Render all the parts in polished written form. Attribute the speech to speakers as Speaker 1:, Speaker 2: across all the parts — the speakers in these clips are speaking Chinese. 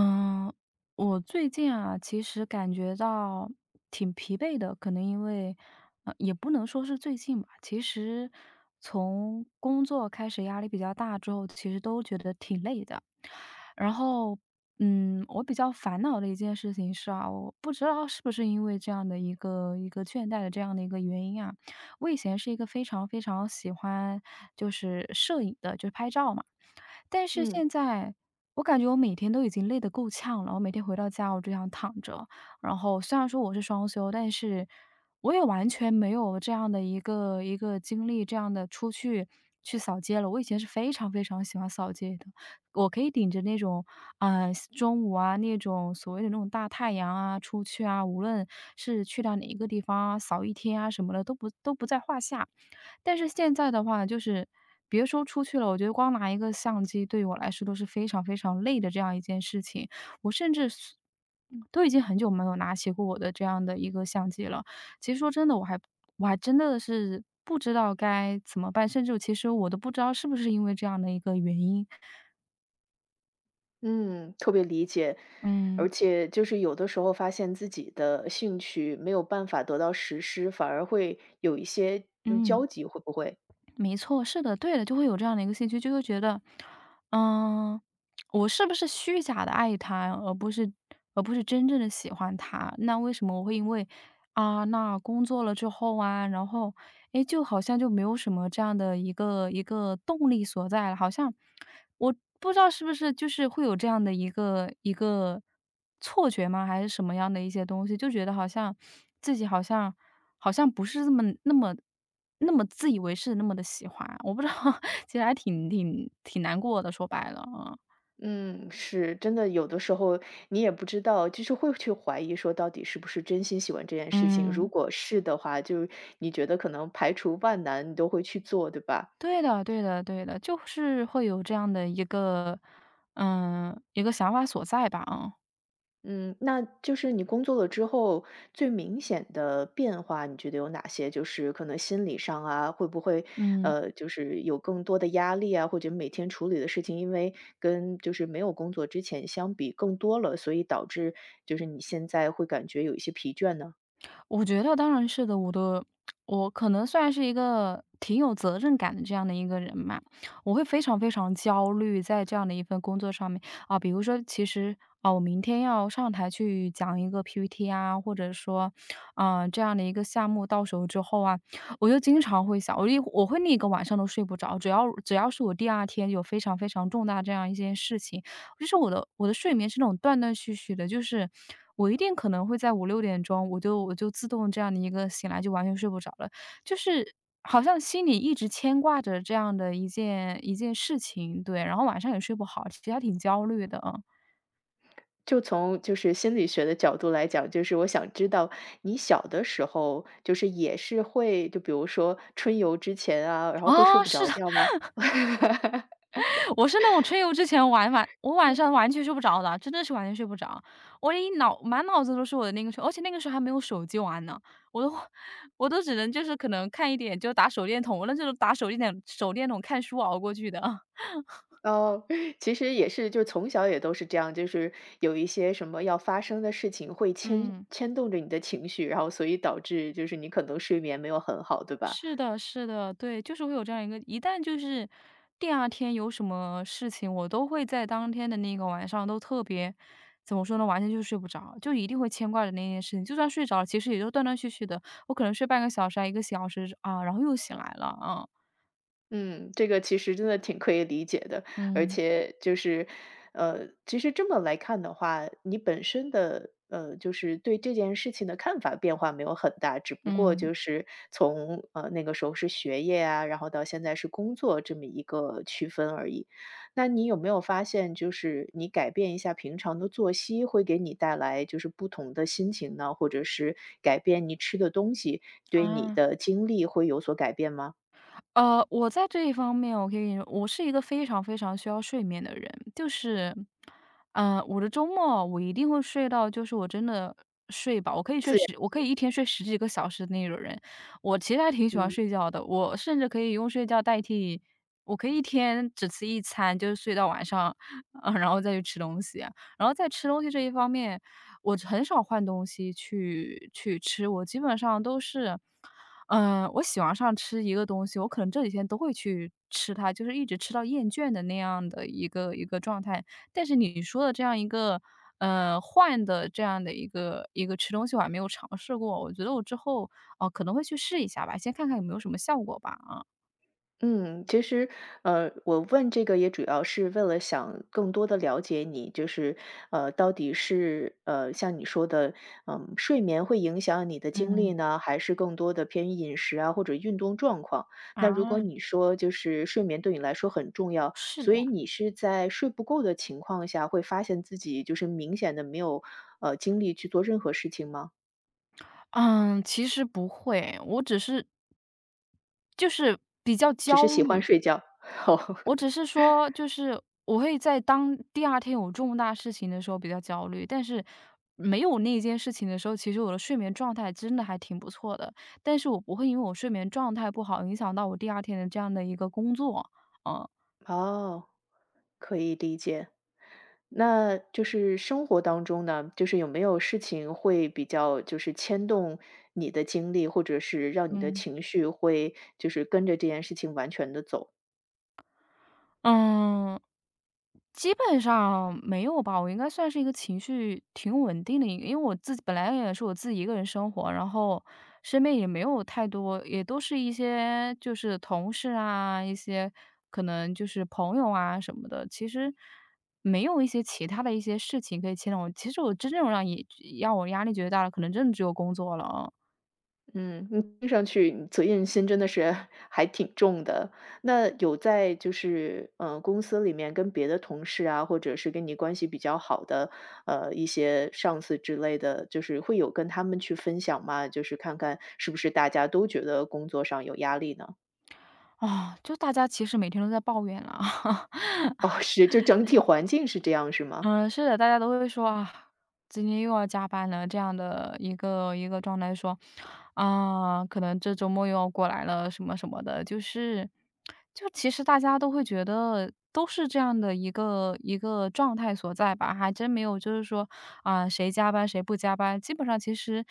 Speaker 1: 嗯，我最近啊，其实感觉到挺疲惫的，可能因为，也不能说是最近吧，其实从工作开始压力比较大之后，其实都觉得挺累的。然后，我比较烦恼的一件事情是啊，我不知道是不是因为这样的一个倦怠的这样的一个原因啊，我以前是一个非常非常喜欢就是摄影的，就是拍照嘛。但是
Speaker 2: 嗯
Speaker 1: 现在我感觉我每天都已经累得够呛了，我每天回到家我就想躺着。然后虽然说我是双休，但是我也完全没有这样的一个精力，这样的出去扫街了。我以前是非常非常喜欢扫街的，我可以顶着那种，呃，中午啊，那种所谓的那种大太阳啊出去啊，无论是去到哪一个地方啊，扫一天啊什么的都不在话下。但是现在的话，就是别说出去了，我觉得光拿一个相机对于我来说都是非常非常累的这样一件事情。我甚至是都已经很久没有拿起过我的这样的一个相机了。其实说真的，我还真的是不知道该怎么办，甚至其实我都不知道是不是因为这样的一个原因，
Speaker 2: 嗯，特别理解。
Speaker 1: 嗯
Speaker 2: 而且就是有的时候发现自己的兴趣没有办法得到实施，反而会有一些
Speaker 1: 嗯。
Speaker 2: 焦急，会不会？
Speaker 1: 没错，是的，对的，就会有这样的一个兴趣，就会觉得，嗯，我是不是虚假的爱他，而不是真正的喜欢他？那为什么我会因为啊，那工作了之后啊，然后，哎，就好像就没有什么这样的一个动力所在了，好像我不知道是不是就是会有这样的一个错觉吗？还是什么样的一些东西，就觉得好像自己好像不是这么那么自以为是，那么的喜欢，我不知道，其实还挺难过的，说白了，嗯。
Speaker 2: 嗯，是真的，有的时候你也不知道，就是会去怀疑说到底是不是真心喜欢这件事情。如
Speaker 1: 嗯。
Speaker 2: 果是的话，就是你觉得可能排除万难，你都会去做，对吧？
Speaker 1: 对的对的对的，就是会有这样的一个一个想法所在吧，啊，
Speaker 2: 嗯，那就是你工作了之后最明显的变化，你觉得有哪些？就是可能心理上啊，会不会
Speaker 1: 嗯。
Speaker 2: 就是有更多的压力啊，或者每天处理的事情，因为跟就是没有工作之前相比更多了，所以导致就是你现在会感觉有一些疲倦呢？
Speaker 1: 我觉得当然是的，我可能算是一个挺有责任感的这样的一个人嘛，我会非常非常焦虑在这样的一份工作上面。啊，比如说其实，啊，我明天要上台去讲一个 PPT 啊，或者说，啊，这样的一个项目到手之后啊，我就经常会想，我会那个晚上都睡不着，只要是我第二天有非常非常重大这样一件事情，就是我的睡眠是那种断断续续的，就是我一定可能会在五六点钟，我就自动这样的一个醒来，就完全睡不着了。就是好像心里一直牵挂着这样的一件一件事情，对，然后晚上也睡不好，其实还挺焦虑的，啊。
Speaker 2: 就从就是心理学的角度来讲，就是我想知道你小的时候，就是也是会就比如说春游之前啊，然后会睡
Speaker 1: 啊，
Speaker 2: 不
Speaker 1: 是
Speaker 2: 着
Speaker 1: 的，
Speaker 2: 觉吗？
Speaker 1: 我是那种春游之前我晚上完全睡不着的，真的是完全睡不着。我满脑子都是我的那个春而且那个时候还没有手机玩呢，我都 我都只能就是可能看一点就打手电筒，我那时候打手电筒看书熬过去的。
Speaker 2: 哦，其实也是，就从小也都是这样，就是有一些什么要发生的事情会牵
Speaker 1: 嗯。
Speaker 2: 牵动着你的情绪，然后所以导致就是你可能睡眠没有很好，对吧？
Speaker 1: 是的是的，对，就是会有这样一个一旦就是第二天有什么事情，我都会在当天的那个晚上都特别怎么说呢，完全就是睡不着，就一定会牵挂着那件事情。就算睡着了，其实也就断断续续的，我可能睡半个小时啊一个小时啊，然后又醒来了啊。
Speaker 2: 嗯，这个其实真的挺可以理解的，而
Speaker 1: 嗯，
Speaker 2: 且就是，其实这么来看的话，你本身的就是对这件事情的看法变化没有很大，只不过
Speaker 1: 嗯，
Speaker 2: 就是从那个时候是学业啊，然后到现在是工作这么一个区分而已。那你有没有发现，就是你改变一下平常的作息，会给你带来就是不同的心情呢？或者是改变你吃的东西，对你
Speaker 1: 啊。
Speaker 2: 的精力会有所改变吗？
Speaker 1: 我在这一方面，我可以跟你说我是一个非常非常需要睡眠的人。就是，我的周末我一定会睡到，就是我真的睡饱，
Speaker 2: 自然，
Speaker 1: 我可以一天睡十几个小时的那种人。我其实还挺喜欢
Speaker 2: 嗯。
Speaker 1: 睡觉的，我甚至可以用睡觉代替，我可以一天只吃一餐，就是睡到晚上，然后再去吃东西啊。然后在吃东西这一方面，我很少换东西去吃，我基本上都是。我喜欢上吃一个东西，我可能这几天都会去吃它，就是一直吃到厌倦的那样的一个状态。但是你说的这样一个，换的这样的一个吃东西，我还没有尝试过。我觉得我之后，哦，可能会去试一下吧，先看看有没有什么效果吧，啊。
Speaker 2: 嗯，其实，我问这个也主要是为了想更多的了解你，就是，到底是，像你说的，睡眠会影响你的精力
Speaker 1: 嗯。
Speaker 2: 呢，还是更多的偏于饮食啊，或者运动状况？
Speaker 1: 啊，
Speaker 2: 那如果你说就是睡眠对你来说很重要，
Speaker 1: 是
Speaker 2: 所
Speaker 1: 的。
Speaker 2: 以你是在睡不够的情况下，会发现自己就是明显的没有，精力去做任何事情吗？
Speaker 1: 嗯，其实不会，我只是就是比较
Speaker 2: 只是
Speaker 1: 焦
Speaker 2: 喜欢
Speaker 1: 虑。
Speaker 2: 睡觉？哦，
Speaker 1: 我只是说，就是我会在当第二天有重大事情的时候比较焦虑，但是没有那件事情的时候，其实我的睡眠状态真的还挺不错的。但是我不会因为我睡眠状态不好，影响到我第二天的这样的一个工作，
Speaker 2: 哦，可以理解。那就是生活当中呢，就是有没有事情会比较就是牵动你的精力，或者是让你的
Speaker 1: 嗯。
Speaker 2: 情绪会就是跟着这件事情完全的走？
Speaker 1: 嗯，基本上没有吧，我应该算是一个情绪挺稳定的一个，因为我自己本来也是我自己一个人生活，然后身边也没有太多，也都是一些就是同事啊，一些可能就是朋友啊什么的，其实没有一些其他的一些事情可以牵动我。其实我真正让我压力觉得大的，可能真的只有工作了啊。
Speaker 2: 嗯，你听上去你责任心真的是 还挺重的。那有在就是公司里面跟别的同事啊，或者是跟你关系比较好的一些上司之类的，就是会有跟他们去分享吗？就是看看是不是大家都觉得工作上有压力呢？
Speaker 1: 啊，就大家其实每天都在抱怨了啊，
Speaker 2: 哦，是，就整体环境是这样是 吗？
Speaker 1: 嗯，是的，大家都会说啊，今天又要加班了，这样的一个状态说，啊，可能这周末又要过来了，什么什么的，就是，就其实大家都会觉得都是这样的一个状态所在吧，还真没有就是说啊，谁加班谁不加班，基本上其实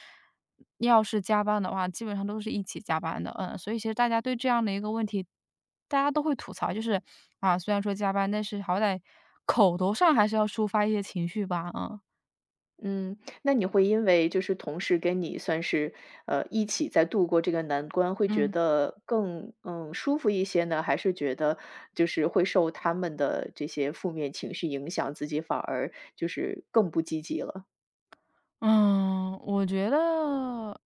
Speaker 1: 要是加班的话，基本上都是一起加班的，所以其实大家对这样的一个问题，大家都会吐槽，就是啊，虽然说加班，但是好歹口头上还是要抒发一些情绪吧，嗯。
Speaker 2: 嗯，那你会因为就是同事跟你算是，一起在度过这个难关，会觉得更，舒服一些呢？还是觉得就是会受他们的这些负面情绪影响，自己反而就是更不积极了？
Speaker 1: 嗯，我觉得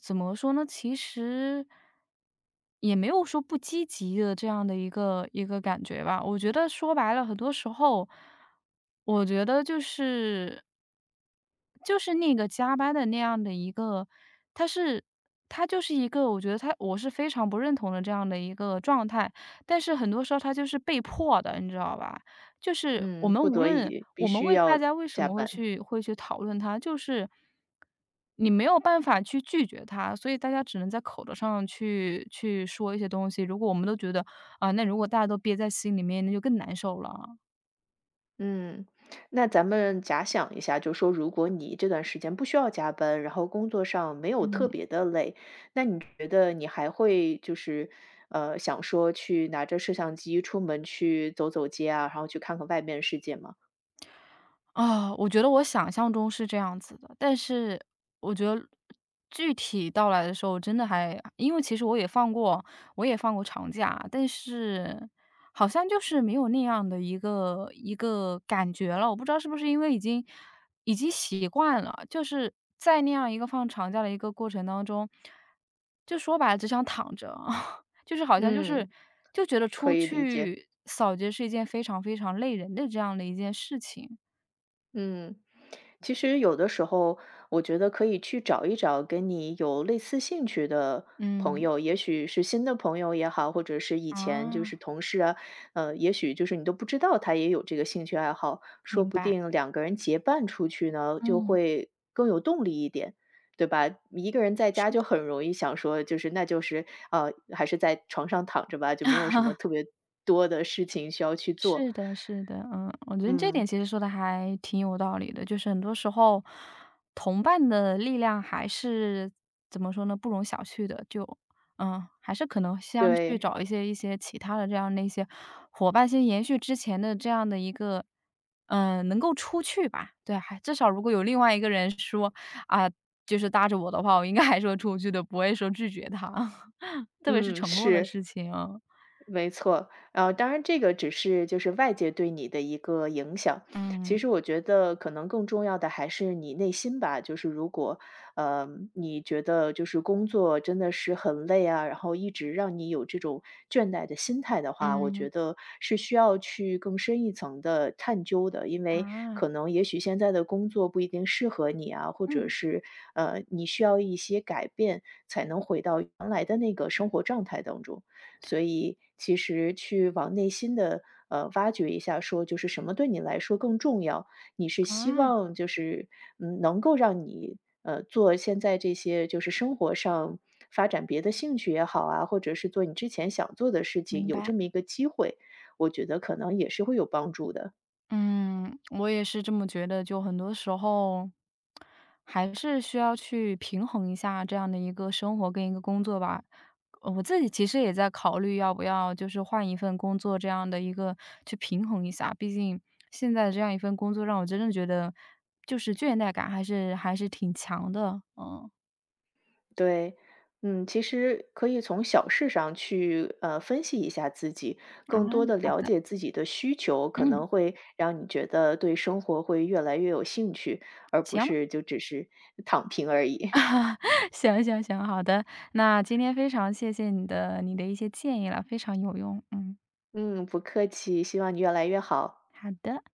Speaker 1: 怎么说呢？其实也没有说不积极的这样的一个感觉吧。我觉得说白了，很多时候，我觉得就是那个加班的那样的一个，他是他就是一个，我觉得我是非常不认同的这样的一个状态。但是很多时候他就是被迫的，你知道吧？就是我
Speaker 2: 嗯，
Speaker 1: 们
Speaker 2: 不
Speaker 1: 无
Speaker 2: 得
Speaker 1: 论
Speaker 2: 已必
Speaker 1: 我们
Speaker 2: 须
Speaker 1: 为大
Speaker 2: 要
Speaker 1: 家为什
Speaker 2: 加
Speaker 1: 么会
Speaker 2: 班。
Speaker 1: 去会去讨论它，就是你没有办法去拒绝它，所以大家只能在口头上去说一些东西。如果我们都觉得啊，那如果大家都憋在心里面，那就更难受了。
Speaker 2: 嗯，那咱们假想一下，就说如果你这段时间不需要加班，然后工作上没有特
Speaker 1: 嗯，
Speaker 2: 别的累，那你觉得你还会就是，想说去拿着摄像机出门去走走街啊，然后去看看外面世界吗？
Speaker 1: 啊，我觉得我想象中是这样子的，但是我觉得具体到来的时候，真的还因为其实我也放过长假，但是好像就是没有那样的一个感觉了。我不知道是不是因为已经习惯了，就是在那样一个放长假的一个过程当中，就说白了只想躺着，就是好像就是
Speaker 2: 嗯，
Speaker 1: 就觉得
Speaker 2: 可
Speaker 1: 出
Speaker 2: 以理解，
Speaker 1: 去扫街是一件非常非常累人的这样的一件事情。
Speaker 2: 嗯。其实有的时候，我觉得可以去找一找跟你有类似兴趣的朋
Speaker 1: 嗯，
Speaker 2: 友，也许是新的朋友也好，或者是以前就是
Speaker 1: 啊，
Speaker 2: 同事啊，也许就是你都不知道他也有这个兴趣爱好，说
Speaker 1: 明
Speaker 2: 不
Speaker 1: 白，
Speaker 2: 定两个人结伴出去呢，就
Speaker 1: 嗯，
Speaker 2: 会更有动力一点。对吧？一个人在
Speaker 1: 是
Speaker 2: 家就
Speaker 1: 的。
Speaker 2: 很容易想说，就是那就是啊，还是在床上躺着吧，就没有什么 特别多的事情需要去做。
Speaker 1: 是的，是的，我觉得这点
Speaker 2: 嗯，
Speaker 1: 其实说的还挺有道理的，就是很多时候同伴的力量还是怎么说呢，不容小觑的，就还是可能先去
Speaker 2: 对，
Speaker 1: 找一些其他的这样的一些伙伴，先延续之前的这样的一个，能够出去吧，对，还至少如果有另外一个人说，啊，就是搭着我的话，我应该还是会出去的，不会说拒绝他，特别是
Speaker 2: 嗯，
Speaker 1: 承诺的
Speaker 2: 是。
Speaker 1: 事情啊
Speaker 2: 没错，当然这个只是就是外界对你的一个影响。
Speaker 1: 嗯，
Speaker 2: 其实我觉得可能更重要的还是你内心吧，就是如果，呃，你觉得就是工作真的是很累啊，然后一直让你有这种倦怠的心态的话，我觉
Speaker 1: 嗯，
Speaker 2: 得是需要去更深一层的探究的，因为
Speaker 1: 啊。
Speaker 2: 可能也许现在的工作不一定适合你啊，或者
Speaker 1: 嗯，
Speaker 2: 是你需要一些改变才能回到原来的那个生活状态当中。所以其实去往内心的挖掘一下，说就是什么对你来说更重要？你是希
Speaker 1: 啊，
Speaker 2: 望就是能够让你做现在这些就是生活上发展别的兴趣也好啊，或者是做你之前想做的事情，
Speaker 1: 明
Speaker 2: 有
Speaker 1: 白。
Speaker 2: 这么一个机会，我觉得可能也是会有帮助的。
Speaker 1: 嗯，我也是这么觉得，就很多时候还是需要去平衡一下这样的一个生活跟一个工作吧。我自己其实也在考虑要不要就是换一份工作这样的一个去平衡一下，毕竟现在这样一份工作让我真的觉得就是倦怠感还是挺强的。嗯，
Speaker 2: 对，嗯，其实可以从小事上去分析一下自己，
Speaker 1: 啊，
Speaker 2: 更多的
Speaker 1: 好
Speaker 2: 了
Speaker 1: 的，
Speaker 2: 解自己的需求，可
Speaker 1: 嗯，
Speaker 2: 能会让你觉得对生活会越来越有兴趣，而不
Speaker 1: 行。
Speaker 2: 是就只是躺平而已。
Speaker 1: 行行行，好的。那今天非常谢谢你的一些建议了，非常有用。嗯，
Speaker 2: 嗯，不客气，希望你越来越好。
Speaker 1: 好的。